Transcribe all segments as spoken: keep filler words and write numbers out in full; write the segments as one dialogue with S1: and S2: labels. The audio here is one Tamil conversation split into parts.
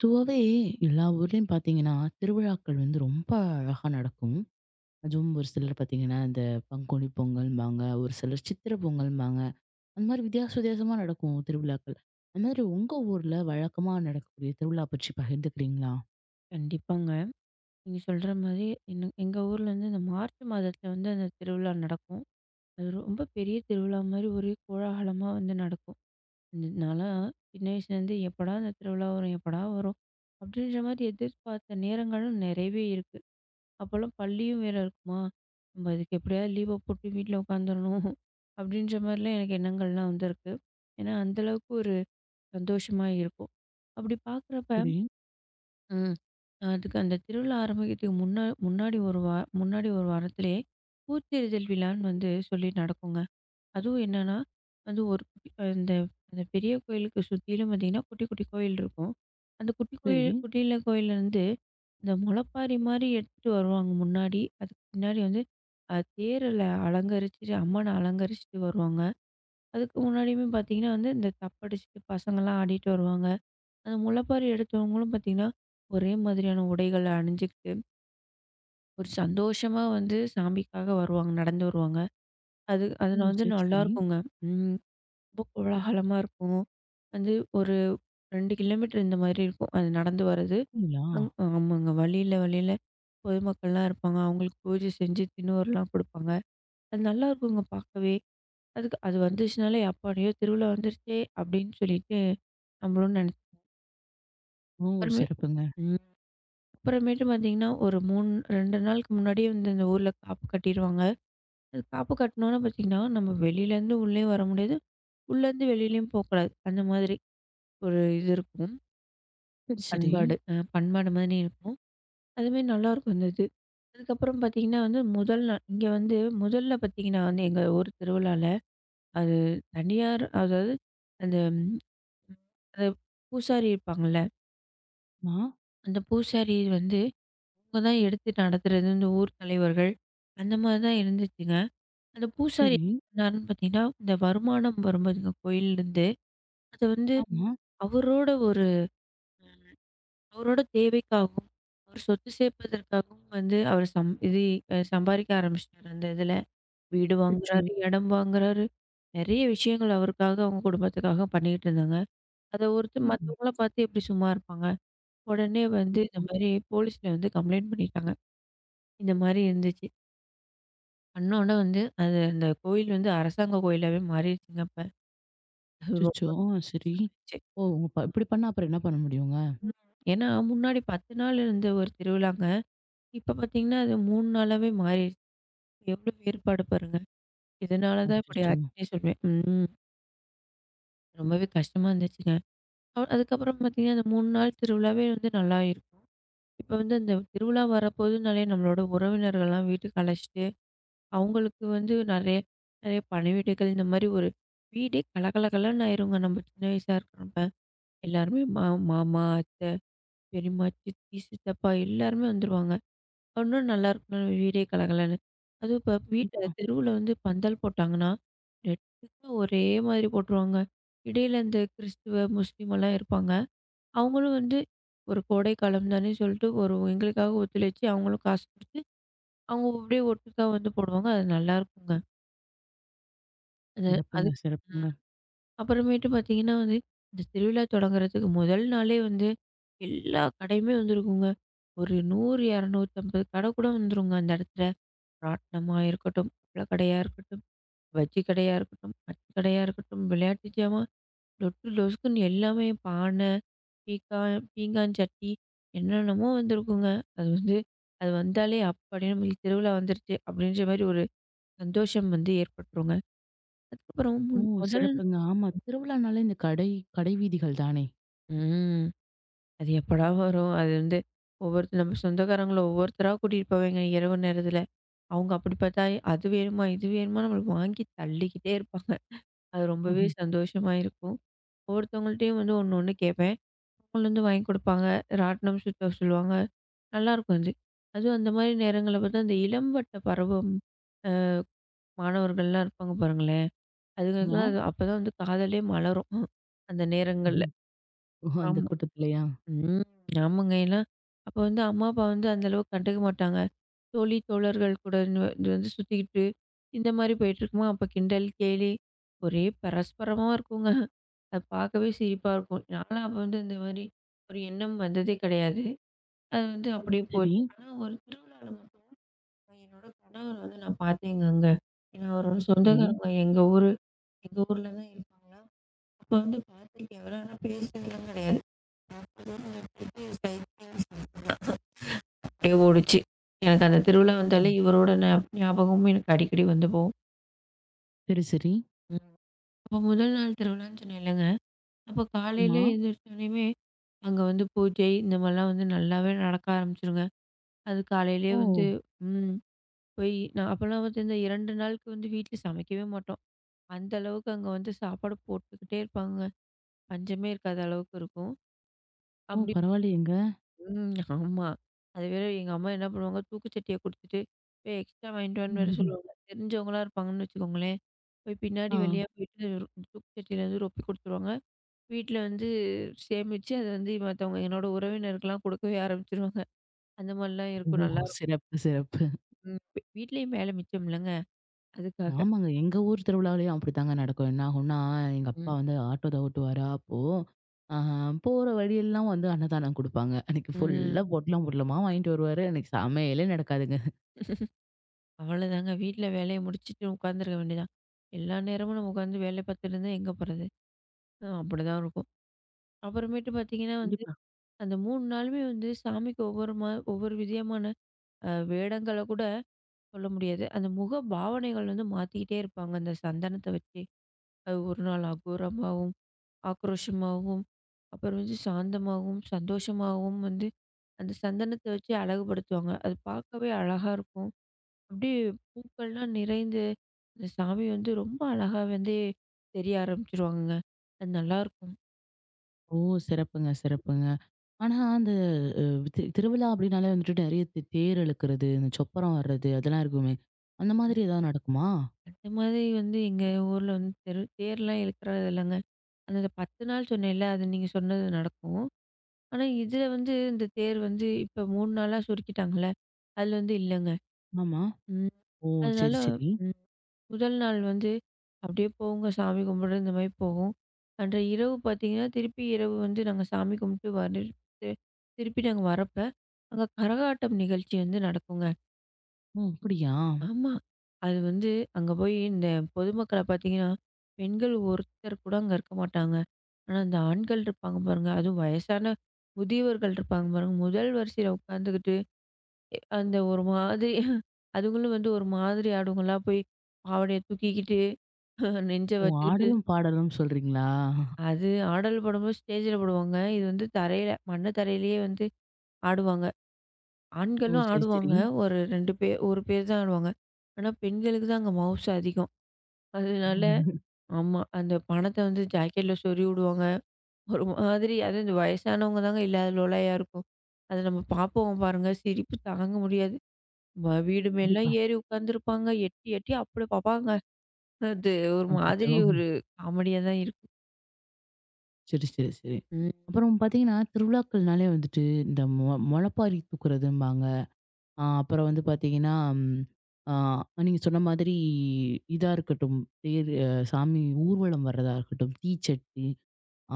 S1: பொதுவாவே எல்லா ஊர்லயும் பார்த்தீங்கன்னா, திருவிழாக்கள் வந்து ரொம்ப அழகா நடக்கும். அதுவும் ஒரு சிலர் பார்த்தீங்கன்னா, இந்த பங்குனி பொங்கல்ம்பாங்க, ஒரு சிலர் சித்திரை பொங்கல்ம்பாங்க. அந்த மாரி வித்தியாச வித்தியாசமா நடக்கும் திருவிழாக்கள். அந்த மாதிரி உங்க ஊர்ல வழக்கமா நடக்கக்கூடிய திருவிழா பற்றி பகிர்ந்துக்கிறீங்களா?
S2: கண்டிப்பாங்க. நீங்க சொல்ற மாரி என் எங்க ஊர்ல வந்து இந்த மார்ச் மாதத்துல வந்து அந்த திருவிழா நடக்கும். அது ரொம்ப பெரிய திருவிழா மாரி ஒரே கோலாகலமா வந்து நடக்கும். நான்லாம் சின்ன வயசுலேருந்து எப்படா அந்த திருவிழா வரும்? எப்படா வரும்? அப்படின்ற மாதிரி எதிர்பார்த்த நேரங்களும் நிறையவே இருக்கு. அப்போலாம் பள்ளியும் வேற இருக்குமா? நம்ம அதுக்கு எப்படியாவது லீவ போட்டு வீட்ல உட்காந்துரணும், அப்படின்ற மாதிரிலாம் எனக்கு எண்ணங்கள்லாம் வந்திருக்கு. ஏன்னா அந்த அளவுக்கு ஒரு சந்தோஷமா இருக்கும். அப்படி பார்க்குறப்ப
S1: சரி,
S2: ம். அதுக்கு அந்த திருவிழா ஆரம்பிக்கிறதுக்கு முன்னா முன்னாடி ஒரு வா முன்னாடி ஒரு வாரத்திலேயே பூத்தெறிதல் விழான்னு வந்து சொல்லி நடக்குங்க. அதுவும் என்னன்னா, அது ஒரு குட்டி- இந்த அந்த பெரிய கோயிலுக்கு சுத்திலும் பார்த்தீங்கன்னா, குட்டி குட்டி கோயில் இருக்கும். அந்த குட்டி கோயில்
S1: சரி.
S2: குட்டியில கோயில்லேருந்து இந்த முளைப்பாரி மாரி எடுத்துட்டு வருவாங்க முன்னாடி. அதுக்கு பின்னாடி வந்து அ தேரில அலங்கரிச்சுட்டு, அம்மன அலங்கரிச்சுட்டு வருவாங்க. அதுக்கு முன்னாடியுமே பார்த்தீங்கன்னா வந்து, இந்த தப்படிச்சுட்டு பசங்கலாம் ஆடிட்டு வருவாங்க. அந்த முளைப்பாரி எடுத்தவங்களும் பார்த்தீங்கன்னா, ஒரே மாதிரியான உடைகள அணிஞ்சுக்கிட்டு, ஒரு சந்தோஷமா வந்து சாமிக்காக வருவாங்க. நடந்து வருவாங்க. அது
S1: ஓ,
S2: அதுல வந்து
S1: சரி, சரி.
S2: நல்லாருக்குங்க. ம். ரொம்ப கோலாகலமா இருக்கும். வந்து ஒரு ரெண்டு கிலோமீட்டர் இந்த மாதிரி இருக்கும். அது நடந்து வர்றது.
S1: அப்படிங்களா?
S2: அங் ஆமாங்க. வழியில வழியில பொதுமக்கள்லாம் இருப்பாங்க. அவங்களுக்கு பூஜை செஞ்சு தின்னூறுலாம் குடுப்பாங்க. அது நல்லாருக்குங்க பார்க்கவே. அதுக்கு அது வந்துச்சுனாலே, "அப்பாடியோ திருவிழா வந்துருச்சே!" அப்படின்னு சொல்லிட்டு நம்மளும் நெனச்சு
S1: ஓ,
S2: அப்புறமே
S1: சிறப்புங்க.
S2: ம். அப்புறமேட்டு பார்த்தீங்கன்னா, ஒரு மூணு ரெண்டு நாளுக்கு முன்னாடியே வந்து இந்த ஊர்ல காப்பு கட்டிருவாங்க. அது காப்பு கட்டினோனே பார்த்தீங்கன்னா, நம்ம வெளியிலேருந்து உள்ளேயும் வர முடியாது. உள்ளேருந்து வெளியிலயும் போக்கூடாது. அந்த மாதிரி ஒரு இது இருக்கும்.
S1: சரி, சரி.
S2: பண்பாடு. அ பண்பாடு மாதிரி இருக்கும். அதுமாரி நல்லாயிருக்கும் அந்த இது. அதுக்கப்புறம் பார்த்தீங்கன்னா வந்து முதல் நாள் இங்க வந்து முதல்ல பார்த்தீங்கன்னா வந்து எங்க ஊர் திருவிழால அது தனியார் அதாவது அந்த ம், அது பூசாரி இருப்பாங்கல்ல.
S1: ஆ,
S2: அந்த பூசாரி வந்து அவங்க தான் எடுத்து நடத்துறது, இந்த ஊர் தலைவர்கள். அந்த மாரி தான் இருந்துச்சுங்க. அந்த பூசாரி
S1: சரி.
S2: என்ன பண்ணாருன்னு பார்த்தீங்கன்னா, இந்த வருமானம் வரும்போதுங்க கோயில்லருந்து, அத வந்து
S1: ஆமா.
S2: அவரோட ஒரு அவரோட தேவைக்காகவும், அவர் சொத்து சேர்ப்பதற்காகவும் வந்து அவர் சம் இது அ சம்பாரிக்க ஆரம்பிச்சுட்டாரு அந்த இதுல. வீடு
S1: அச்சச்சோ!
S2: வாங்குறாரு, இடம் வாங்குறாரு. நெறைய விஷயங்கள் அவருக்காக, அவங்க குடும்பத்துக்காக பண்ணிக்கிட்டு இருந்தாங்க. அத ஒருத்தர்
S1: ம்.
S2: மத்தவங்கள பார்த்து எப்படி சும்மா இருப்பாங்க? உடனே வந்து இந்த மாரி போலீஸ்ல வந்து கம்ப்ளைண்ட் பண்ணிட்டாங்க. இந்த மாரி இருந்துச்சு. பண்ணோன வந்து அது அந்த கோயில் வந்து அரசாங்க கோயிலாவே மாறிடுச்சுங்க அப்ப. அது
S1: அச்சச்சோ!
S2: ரொம்பவே
S1: ஆ, சரி.
S2: கஷ்டமாயிருச்சு.
S1: ஓ, உங்க ப- இப்படி பண்ணா அப்புறம் என்ன பண்ண முடியுங்க?
S2: ம். ஏன்னா, முன்னாடி பத்து நாள் இருந்த ஒரு திருவிழாங்க. இப்ப பார்த்தீங்கன்னா, அது மூணு நாளாவே மாறிடுச்சு. எவ்வளோ வேறுபாடு பாருங்க. இதனால தான் இப்படி
S1: அச்சச்சோ!
S2: ஆச்சுன்னே சொல்வேன். ம். ரொம்பவே கஷ்டமா இருந்துச்சுங்க. அ அதுக்கப்புறம் பார்த்தீங்கன்னா, அந்த மூணு நாள் திருவிழாவே வந்து நல்லா இருக்கும். இப்ப வந்து அந்த திருவிழா வரப்போதுனாலே நம்மளோட உறவினர்கள்லாம் வீட்டுக்கு அழைச்சிட்டு அவங்களுக்கு வந்து நெறைய நெறைய பணவீடுகள் இந்த மாரி ஒரு வீடே கலகலகலன்னு ஆயிருங்க நம்ம சின்ன வயசா இருக்கிறப்ப. எல்லாருமே மா மாமா, அத்தை, பெரியம்மா, சித்தி, சித்தப்பா எல்லாருமே வந்துருவாங்க. இன்னும் நல்லா இருக்கும் வீடே கலகலன்னு. அதுவும் இப்ப வீட்ல
S1: ஆ,
S2: தெருவுல வந்து பந்தல் போட்டாங்கன்னா, நெட்டுக்கு ஒரே மாதிரி போட்டுருவாங்க. இடையில இந்த கிறிஸ்துவ, முஸ்லீம் எல்லாம் இருப்பாங்க. அவங்களும் வந்து ஒரு கோடை காலம் தானே சொல்லிட்டு ஒரு எங்களுக்காக ஒத்துழைச்சு அவங்களும் காசு குடுத்து, அவங்க அப்படியே ஒட்டுக்கா வந்து போடுவாங்க. அது நல்லாயிருக்குங்க. அது அது
S1: சிறப்புங்க,
S2: ம்.
S1: சிறப்புங்க.
S2: அப்புறமேட்டு பார்த்தீங்கன்னா வந்து, இந்த திருவிழா தொடங்குறதுக்கு முதல் நாளே வந்து எல்லா கடையுமே வந்திருக்குங்க. ஒரு நூறு, இருநூற்றி ஐம்பது கடை கூட வந்துருங்க அந்த இடத்துல. ராட்டினமா இருக்கட்டும், அப்பள கடையா இருக்கட்டும், பஜ்ஜி கடையா இருக்கட்டும், மத்து கடையா இருக்கட்டும், விளையாட்டு ஜாமான், லொட்டு லொசுக்குன்னு எல்லாமே பானை, பீக்கா பீங்கான் சட்டி என்னென்னமோ வந்திருக்குங்க. அது வந்து அது வந்தாலே அப்படியே நம்மளுக்கு திருவிழா வந்துருச்சு அப்படின்ற மாரி ஒரு சந்தோஷம் வந்து ஏற்பட்டுருங்க. அதுக்கப்புறம் மு
S1: ஓ,
S2: முதல்
S1: சிறப்புங்க. ஆமா. திருவிழானாலே இந்த கடை கடை வீதிகள் தானே?
S2: ம். அது எப்படா வரும்? அது வந்து ஒவ்வொருத்த நம்ம சொந்தக்காரங்கள ஒவ்வொருத்தரா கூட்டிட்டு போவேங்க இரவு நேரத்தில. அவங்க அப்படி பார்த்தா, அது வேணுமா? இது வேணுமா? நம்மளுக்கு வாங்கி தள்ளிக்கிட்டே இருப்பாங்க. அது ரொம்பவே
S1: ம்ஹ்ம்.
S2: சந்தோஷமா இருக்கும். ஒவ்வொருத்தவங்கள்ட்டயும் வந்து ஒண்ணு ஒண்ணு கேட்பேன். அவங்களுந்து வாங்கி குடுப்பாங்க. ராட்டினம் சுத்த சொல்லுவாங்க. நல்லாயிருக்கும் அது. அதுவும் அந்த மாரி நேரங்கள்ல பார்த்தா, இந்த இளம் பட்ட பருவ மாணவர்கள்லாம் இருப்பாங்க பாருங்களேன்.
S1: ஆமா.
S2: அதுங்களுக்கெல்லாம் அது அப்பதான் வந்து காதலே மலரும். அந்த நேரங்கள்ல.
S1: ம்ஹ்ம். ஓ, அந்த
S2: ஆமா.
S1: கூட்டத்துலயா?
S2: ம். ஆமாங்க. ஏன்னா, அப்ப வந்து அம்மா, அப்பா வந்து அந்த அளவுக்கு கண்டுக்க மாட்டாங்க. தோழி, தோழர்கள் கூட இந்த- இது வந்து சுத்திக்கிட்டு, இந்த மாரி போயிட்டுருக்குமா, அப்ப கிண்டல், கேலி ஒரே பரஸ்பரமா இருக்குங்க. அது பார்க்கவே சிரிப்பா இருக்கும். நான்லாம் அப்ப வந்து இந்த மாரி ஒரு எண்ணம் வந்ததே கிடையாது. அது வந்து
S1: சரி,
S2: அப்படியே
S1: சரி,
S2: போச்சு. ஆனா ஒரு திருவிழால மட்டும் நான் என்னோட கணவர் வந்து நான் பார்த்தேங்க அங்க. ஏன்னா அவரோட
S1: சரி.
S2: சொந்தக்காரங்க எங்க ஊரு எங்க ஊர்ல தான் இருப்பாங்களா, அப்ப வந்து பார்த்துருக்கேன். அவர ஆனா பேசினதுலாம் கிடையாது. அப்படியே ஓடுச்சு. எனக்கு அந்த திருவிழா வந்தாலே
S1: ம்.
S2: இவரோட ஞாப் ஞாபகமும் எனக்கு அடிக்கடி வந்து போகும்.
S1: சரி, சரி.
S2: ம். அப்போ முதல் நாள் திருவிழான்னு சொன்னேன்லங்க. அப்போ காலையில
S1: ஆமா.
S2: எந்திரிச்சோனையுமே, அங்க வந்து பூஜை இந்த மாரிலாம் வந்து நல்லாவே நடக்க ஆரம்பிச்சுருங்க. அது காலையிலேயே
S1: ஓ!
S2: வந்து ம். போய் நான் அப்போலாம் வந்து இந்த ரெண்டு நாளுக்கு வந்து வீட்ல சமைக்கவே மாட்டோம். அந்த அளவுக்கு அங்க வந்து சாப்பாடு போட்டுக்கிட்டே இருப்பாங்கங்க. பஞ்சமே இருக்காத அளவுக்கு இருக்கும்.
S1: ஓ,
S2: அப்படி
S1: பரவாயில்லையேங்க.
S2: ம். ஆமா. அது வேற எங்க அம்மா என்ன பண்ணுவாங்க, தூக்குச்சட்டிய குடுத்துட்டு, போய் எக்ஸ்ட்ரா வாங்கிட்டு வான்னு வேற
S1: ம்ஹும்.
S2: சொல்லுவாங்க. தெரிஞ்சவங்களா இருப்பாங்கன்னு வச்சுக்கோங்களேன். போய் பின்னாடி
S1: ஆ.
S2: வழியா போயிட்டு தூக்குச்சட்டியில வந்து ரொப்பி குடுத்துருவாங்க. வீட்ல வந்து சேமிச்சு, அத வந்து மத்தவங்க என்னோட உறவினருக்கெல்லாம் குடுக்கவே ஆரம்பிச்சுருவாங்க. அந்த மாரிலாம்
S1: ஓ,
S2: இருக்கும். நல்லாயிருக்கும்.
S1: சிறப்பு, சிறப்பு.
S2: ம். வீட்லயும் வேலை மிச்சம் இல்லங்க. அதுக்காக.
S1: ஆமாங்க. எங்க ஊர் திருவிழாவிலயும் அப்படித்தாங்க நடக்கும். என்ன ஆகும்னா, எங்க
S2: ம்.
S1: அப்பா வந்து ஆட்டோ தான் ஓட்டுவாரா அப்போ, ஆ, போற வழியெல்லாம் வந்து அன்னதானம் குடுப்பாங்க. அன்னைக்கு
S2: ம்.
S1: ஃபுல்லா பொட்டலம், பொட்டலமா வாங்கிட்டு வருவாரு. அன்னைக்கு சமையலே நடக்காதுங்க.
S2: அவ்வளோதாங்க. வீட்ல வேலைய முடிச்சுட்டு உட்காந்துருக்க வேண்டியதான். எல்லா நேரமும் நம்ம உட்காந்து வேலை பார்த்துட்டு இருந்தா எங்க போறது? அ அப்படிதான் இருக்கும். அப்புறமேட்டு பார்த்தீங்கன்னா வந்து
S1: கண்டிப்பா.
S2: அந்த மூணு நாளுமே வந்து சாமிக்கு ஒவ்வொரு மா ஒவ்வொரு விதமான அ வேடங்கள கூட சொல்ல முடியாது. அந்த முக பாவனைகள் வந்து மாத்திக்கிட்டே இருப்பாங்க, அந்த சந்தனத்த வச்சு. அது ஒரு நாள் அகோரமாவும், ஆக்ரோஷமாவும், அப்புறம் வந்து சாந்தமாகவும், சந்தோஷமாகவும் வந்து அந்த சந்தனத்த வச்சு அழகுபடுத்துவாங்க. அது பார்க்கவே அழகா இருக்கும். அப்படியே பூக்கள்லாம் நிறைந்து அந்த சாமி வந்து ரொம்ப அழகா வந்து தெரிய ஆரம்பிச்சுருவாங்கங்க. அது நல்லாயிருக்கும்.
S1: ஓ, சிறப்புங்க, சிறப்புங்க. ஆனா, அந்த அ தி திருவிழா அப்டின்னாலே வந்துட்டு நெறைய தே தேர் இழுக்கிறது, இந்த சொப்பரம் வர்றது அதெல்லாம் இருக்குமே. அந்த மாதிரி ஏதாவது நடக்குமா?
S2: அந்த மாதிரி வந்து எங்க ஊர்ல வந்து தெரு தேர்லாம் இழுக்கறது இல்லங்க. அந்த பத்து நாள் சொன்னேன்ல, அது நீங்க சொன்னது நடக்கும். ஆனா, இதுல வந்து இந்த தேர் வந்து இப்ப மூணு நாளா சுருக்கிட்டாங்கல்ல, அதுல வந்து இல்லங்க.
S1: ஆமா.
S2: ம்.
S1: ஓ,
S2: அதனால
S1: சரி, சரி.
S2: ம். முதல் நாள் வந்து அப்படியே போகுங்க சாமி கும்பிட இந்த மாதிரி போகும். அன்றைய இரவு பார்த்தீங்கன்னா, திருப்பி இரவு வந்து நாங்க சாமி கும்பிட்டு வர திருப்பி நாங்க வரப்ப, அங்க கரகாட்டம் நிகழ்ச்சி வந்து நடக்குங்க.
S1: ஓ, அப்படியா?
S2: ஆமா. அது வந்து அங்க போய் இந்த பொதுமக்கள பார்த்தீங்கன்னா, பெண்கள் ஒருத்தர் கூட அங்க இருக்க மாட்டாங்க. ஆனா, இந்த ஆண்கள் இருப்பாங்க பாருங்க. அதுவும் வயசான முதியவர்கள் இருப்பாங்க பாருங்க. முதல் வரிசையில உட்காந்துக்கிட்டு, அந்த ஒரு மாதிரி அதுங்களும் வந்து ஒரு மாதிரி ஆடுங்களா போய் பாவாடைய தூக்கிக்கிட்டு, நெஞ்ச
S1: ஓ,
S2: வச்சுக்கிட்டு,
S1: ஆடலும், பாடலும் சொல்றீங்களா?
S2: அது ஆடல் பாடும்போது ஸ்டேஜில பாடுவாங்க. இது வந்து தரையில, மண்ண தரையிலேயே வந்து ஆடுவாங்க.
S1: ஓ,
S2: ஆண்களும்
S1: சரி, சரி.
S2: ஆடுவாங்க. ஒரு ரெண்டு பேர், ஒரு பேர் தான் ஆடுவாங்க. ஆனா, பெண்களுக்கு தான் அங்க மவுசு அதிகம். அதனால
S1: உம்,
S2: ஆமா. அந்த பணத்த வந்து ஜாக்கெட்ல சொருவி விடுவாங்க. ஒரு மாதிரி அதுவும் இந்த வயசானவங்க தாங்க இல்லாத லோலையா இருக்கும். அத நம்ம பார்ப்போம் பாருங்க, சிரிப்பு தாங்க முடியாது. வ வீடு மேலலாம்
S1: கண்டிப்பா.
S2: ஏறி உட்காந்துருப்பாங்க. எட்டி எட்டி அப்படி பார்ப்பாங்க. அது ஒரு
S1: அச்சச்சோ!
S2: மாதிரி ஒரு காமெடியா தான் இருக்கும்.
S1: சரி, சரி, சரி.
S2: ம்.
S1: அப்புறம் பாத்தீங்கன்னா, திருவிழாக்கள்னாலே வந்துட்டு இந்த மொ முளைப்பாரி தூக்குறதும்பாங்க. ஆ, அப்புறம் வந்து பார்த்தீங்கன்னா, ம், ஆ, நீங்க சொன்ன மாதிரி இதா இருக்கட்டும், தேர் அ சாமி ஊர்வலம் வர்றதா இருக்கட்டும், தீச்சட்டி,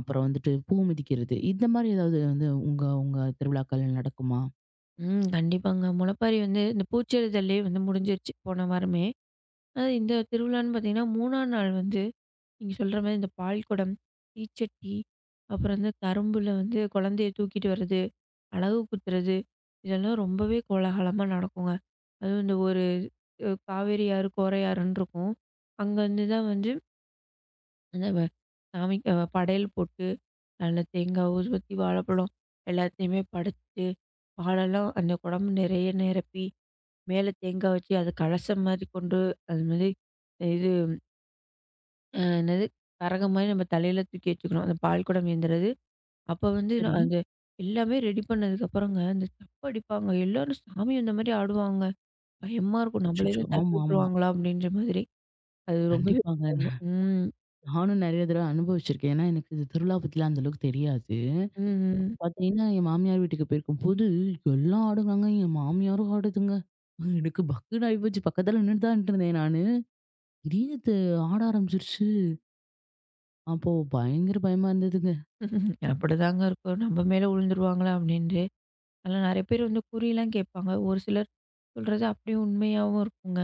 S1: அப்புறம் வந்துட்டு பூ மிதிக்கிறது, இந்த மாதிரி ஏதாவது வந்து உங்க உங்க திருவிழாக்கள்ல நடக்குமா?
S2: ம். கண்டிப்பாங்க. முளைப்பாரி வந்து இந்த பூச்செரிதல்லயே வந்து முடிஞ்சிருச்சு போன வாரமே. அதாவது இந்த திருவிழான்னு பார்த்தீங்கன்னா, 3ஆம் நாள் வந்து, நீங்க சொல்ற மாரி இந்த பால்குடம், தீச்சட்டி, அப்புறம் வந்து கரும்புல வந்து குழந்தைய தூக்கிட்டு வர்றது, அலகு குத்துறது, இதெல்லாம் ரொம்பவே கோலாகலமா நடக்குங்க. அதுவும் இந்த ஒரு அ காவேரி ஆறு, கோரை ஆறுன்னு இருக்கும். அங்கருந்து தான் வந்து அந்த வ சாமிக்கு அ படையல் போட்டு, நல்ல தேங்காய், ஊதுபத்தி, வாழைப்பழம் எல்லாத்தையுமே படைச்சுட்டு, பாலெல்லாம் அந்த குடம் நிறைய நிரப்பி, மேல தேங்காய் வச்சு அது கலசம் மாரி கொண்டு அது மாரி இது அ என்னது? கரகம் மாரி நம்ம தலையில தூக்கி வச்சுக்கணும். அந்த பால் குடம் ஏந்துறது. அப்ப வந்து நான்
S1: சரி.
S2: அது எல்லாமே ரெடி பண்ணதுக்கப்புறங்க, அந்த தப்பு அடிப்பாங்க. எல்லாரும் சாமி வந்த மாரி ஆடுவாங்க. பயமா இருக்கும். நம்மள
S1: அச்சச்சோ!
S2: எதுவும் தட்டி
S1: ஆமா, ஆமா.
S2: விட்டுருவாங்களா? அப்படின்ற மாதிரி. அது ரொம்பவே பயமா
S1: கண்டிப்பாங்க.
S2: ம்.
S1: நானும் நெறைய தடவ அனுபவிச்சிருக்கேன். ஏன்னா, எனக்கு இது திருவிழா பத்திலாம் அந்த அளவுக்கு தெரியாது. அப்ப
S2: ம்.
S1: பார்த்தீங்கன்னா, என் மாமியார் வீட்டுக்கு போயிருக்கும்போது, எல்லாம் ஆடுனாங்க. என் மாமியாரும் ஆடுதுங்க. எனக்கு பக்குன்னு ஆயிப்போச்சு. பக்கத்துல நின்னுட்டு தான் இருந்தேன் நானு. திடீர்னு து ஆட ஆரம்பிச்சிருச்சு. அப்போ பயங்கர பயமா இருந்ததுங்க.
S2: அப்படிதாங்க இருக்கும். நம்ம மேல விழுந்துருவாங்களா? அப்படின்ட்டு. அதெல்லாம் நெறைய பேர் வந்து குறிலாம் கேட்பாங்க. ஒரு சிலர் சொல்றது அப்படியே உண்மையாவும் இருக்குங்க.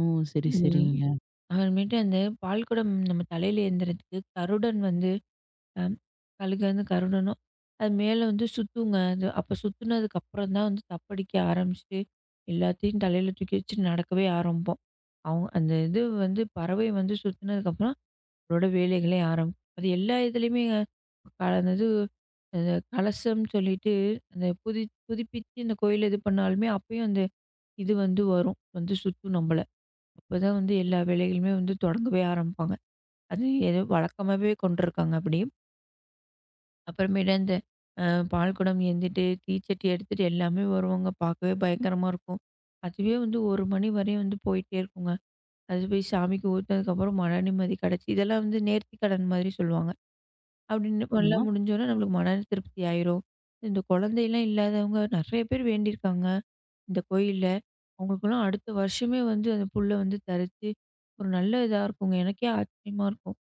S1: ஓ, சரி,
S2: ம்.
S1: சரிங்க.
S2: அப்புறமேட்டு அந்த பால் குடம் நம்ம தலையில ஏந்துறதுக்கு கருடன் வந்து அம் கழுகன்னு கருடணும். அது மேல வந்து சுத்துங்க. அது அப்ப சுத்துனதுக்கு அப்புறம் தான் வந்து தப்படிக்க ஆரம்பிச்சுட்டு, எல்லாத்தையும் தலையில தூக்கி வச்சு நடக்கவே ஆரம்பிப்போம். அவங்க அந்த இது வந்து பறவை வந்து சுத்துனதுக்கப்புறம் அதோட வேலைகளே ஆரம்பிக்கும். அது எல்லா இதுலயுமேங்க அந்த இது அந்த கலசம் சொல்லிட்டு, அந்த புதி புதுப்பிச்சு இந்த கோயில இது பண்ணாலுமே, அப்பயும் அந்த இது வந்து வரும். வந்து சுத்தும் நம்மள. அப்பதான் வந்து எல்லா வேலைகளுமே வந்து தொடங்கவே ஆரம்பிப்பாங்க. அது எதோ வழக்கமாவே கொண்டுருக்காங்க அப்படி. அப்புறமேட்டு அந்த அ பால்குடம் ஏந்திட்டு, தீச்சட்டி எடுத்துட்டு எல்லாமே வருவாங்க. பார்க்கவே பயங்கரமா இருக்கும். அதுவே வந்து ஒரு மணி வரையும் வந்து போயிட்டே இருக்குங்க. அது போய் சாமிக்கு ஊத்துனதுக்கப்புறம் மன நிம்மதி கெடைச்சு, இதெல்லாம் வந்து நேர்த்தி கடன் மாதிரி சொல்லுவாங்க. அப்படின்னு
S1: ஆமா.
S2: எல்லாம் முடிஞ்சோனே நம்மளுக்கு மன திருப்தி ஆயிரும். இந்த குழந்தைலாம் இல்லாதவங்க நெறைய பேர் வேண்டியிருக்காங்க, இந்த கோயில்ல. அவங்களுக்கெல்லாம் அடுத்த வருஷமே வந்து அந்த புல்ல வந்து தரிச்சு, ஒரு நல்ல இதா இருக்குங்க. எனக்கே ஆச்சரியமா இருக்கும்.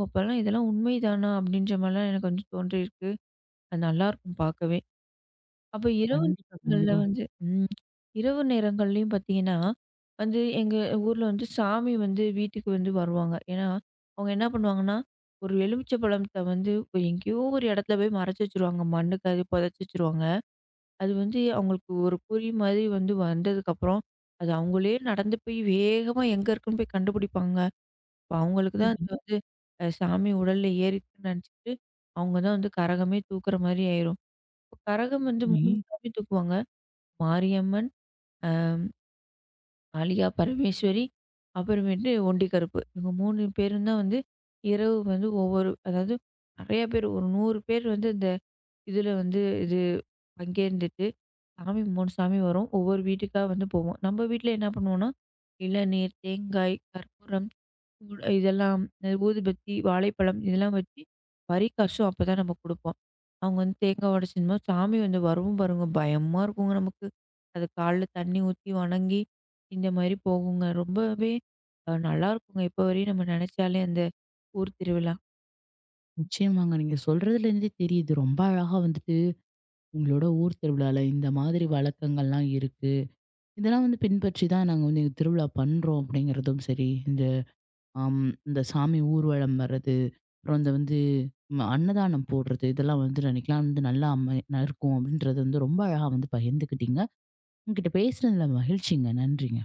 S2: "ஓ! அப்பலாம் இதெல்லாம் உண்மைதானா?" அப்படின்ற மாரிலாம் எனக்கு வந்து தோன்றியிருக்கு. அது நல்லாயிருக்கும் பார்க்கவே. அப்ப இரவு
S1: கண்டிப்பா,
S2: நேரங்கள்ல
S1: கண்டிப்பா.
S2: வந்து ம். இரவு நேரங்கள்லயும் பார்த்தீங்கன்னா, வந்து எங்க ஊர்ல வந்து சாமி வந்து வீட்டுக்கு வந்து வருவாங்க. ஏன்னா, அவங்க என்ன பண்ணுவாங்கன்னா, ஒரு எலுமிச்சை பழத்த வந்து எங்கேயோ ஒரு இடத்துல போய் மறைச்சு வச்சுருவாங்க. மண்ணுக்கு அது புதைச்சு வச்சுருவாங்க. அது வந்து அவங்களுக்கு ஒரு குறி மாரி வந்து வந்ததுக்கப்புறம், அது அவங்களே நடந்து போய் வேகமா எங்க இருக்குன்னு போய் கண்டுபிடிப்பாங்க. அப்ப அவங்களுக்கு தான் அது
S1: சரி,
S2: வந்து அ சாமி உடல்ல ஏறிருக்குன்னு நினச்சுக்கிட்டு, அவங்க தான் வந்து கரகமே தூக்குற மாரி ஆயிரும். கரகம் வந்து
S1: சரி.
S2: மூணு ம். சாமி தூக்குவாங்க. மாரியம்மன், ஆழியா பரமேஸ்வரி, அப்புறமேட்டு ஒண்டி கருப்பு. இவங்க மூணு பேரும் தான் வந்து இரவு வந்து ஒவ்வொரு அதாவது நெறைய பேர் ஒரு நூறு பேர் வந்து இந்த இதில வந்து இது பங்கேர்ந்துட்டு, சாமி மூணு சாமி வரும். ஒவ்வொரு வீட்டுக்கா வந்து போவோம். நம்ம வீட்ல என்ன பண்ணுவோம்னா, இளநீர், தேங்காய், கற்பூரம் ஊ- இதெல்லாம் இந்த ஊதுபத்தி, வாழைப்பழம் இதெல்லாம் வச்சு வரி காசும் அப்பதான் நம்ம குடுப்போம். அவங்க வந்து தேங்காய் உடைச்சின்னு சாமி வந்து வரும் பாருங்க. பயமா இருக்குங்க நமக்கு. அது கால்ல தண்ணி ஊத்தி வணங்கி இந்த மாரி போகுங்க. ரொம்பவே அ நல்லாருக்குங்க. இப்போ வரையும் நம்ம நெனைச்சாலே அந்த ஊர் திருவிழா.
S1: நிச்சயமாங்க. நீங்க சொல்றதுலேருந்தே தெரியுது. ரொம்ப அழகா வந்துட்டு உங்களோட ஊர் திருவிழால இந்த மாதிரி வழக்கங்கள்லாம் இருக்கு. இதெல்லாம் வந்து பின்பற்றி தான் நாங்க வந்து எங்க திருவிழா பண்றோம் அப்படிங்கிறதும் சரி, இந்த அம் இந்த சாமி ஊர்வலம் வர்றது, அப்புறம் இந்த வந்து ம அன்னதானம் போடுறது, இதெல்லாம் வந்து அன்னைக்கெல்லாம் வந்து நல்லா அமை நல்லா இருக்கும் அப்படின்றது வந்து ரொம்ப அழகா வந்து பகிர்ந்துக்கிட்டீங்க. உங்ககிட்ட பேசுனதுல மகிழ்ச்சிங்க. நன்றிங்க.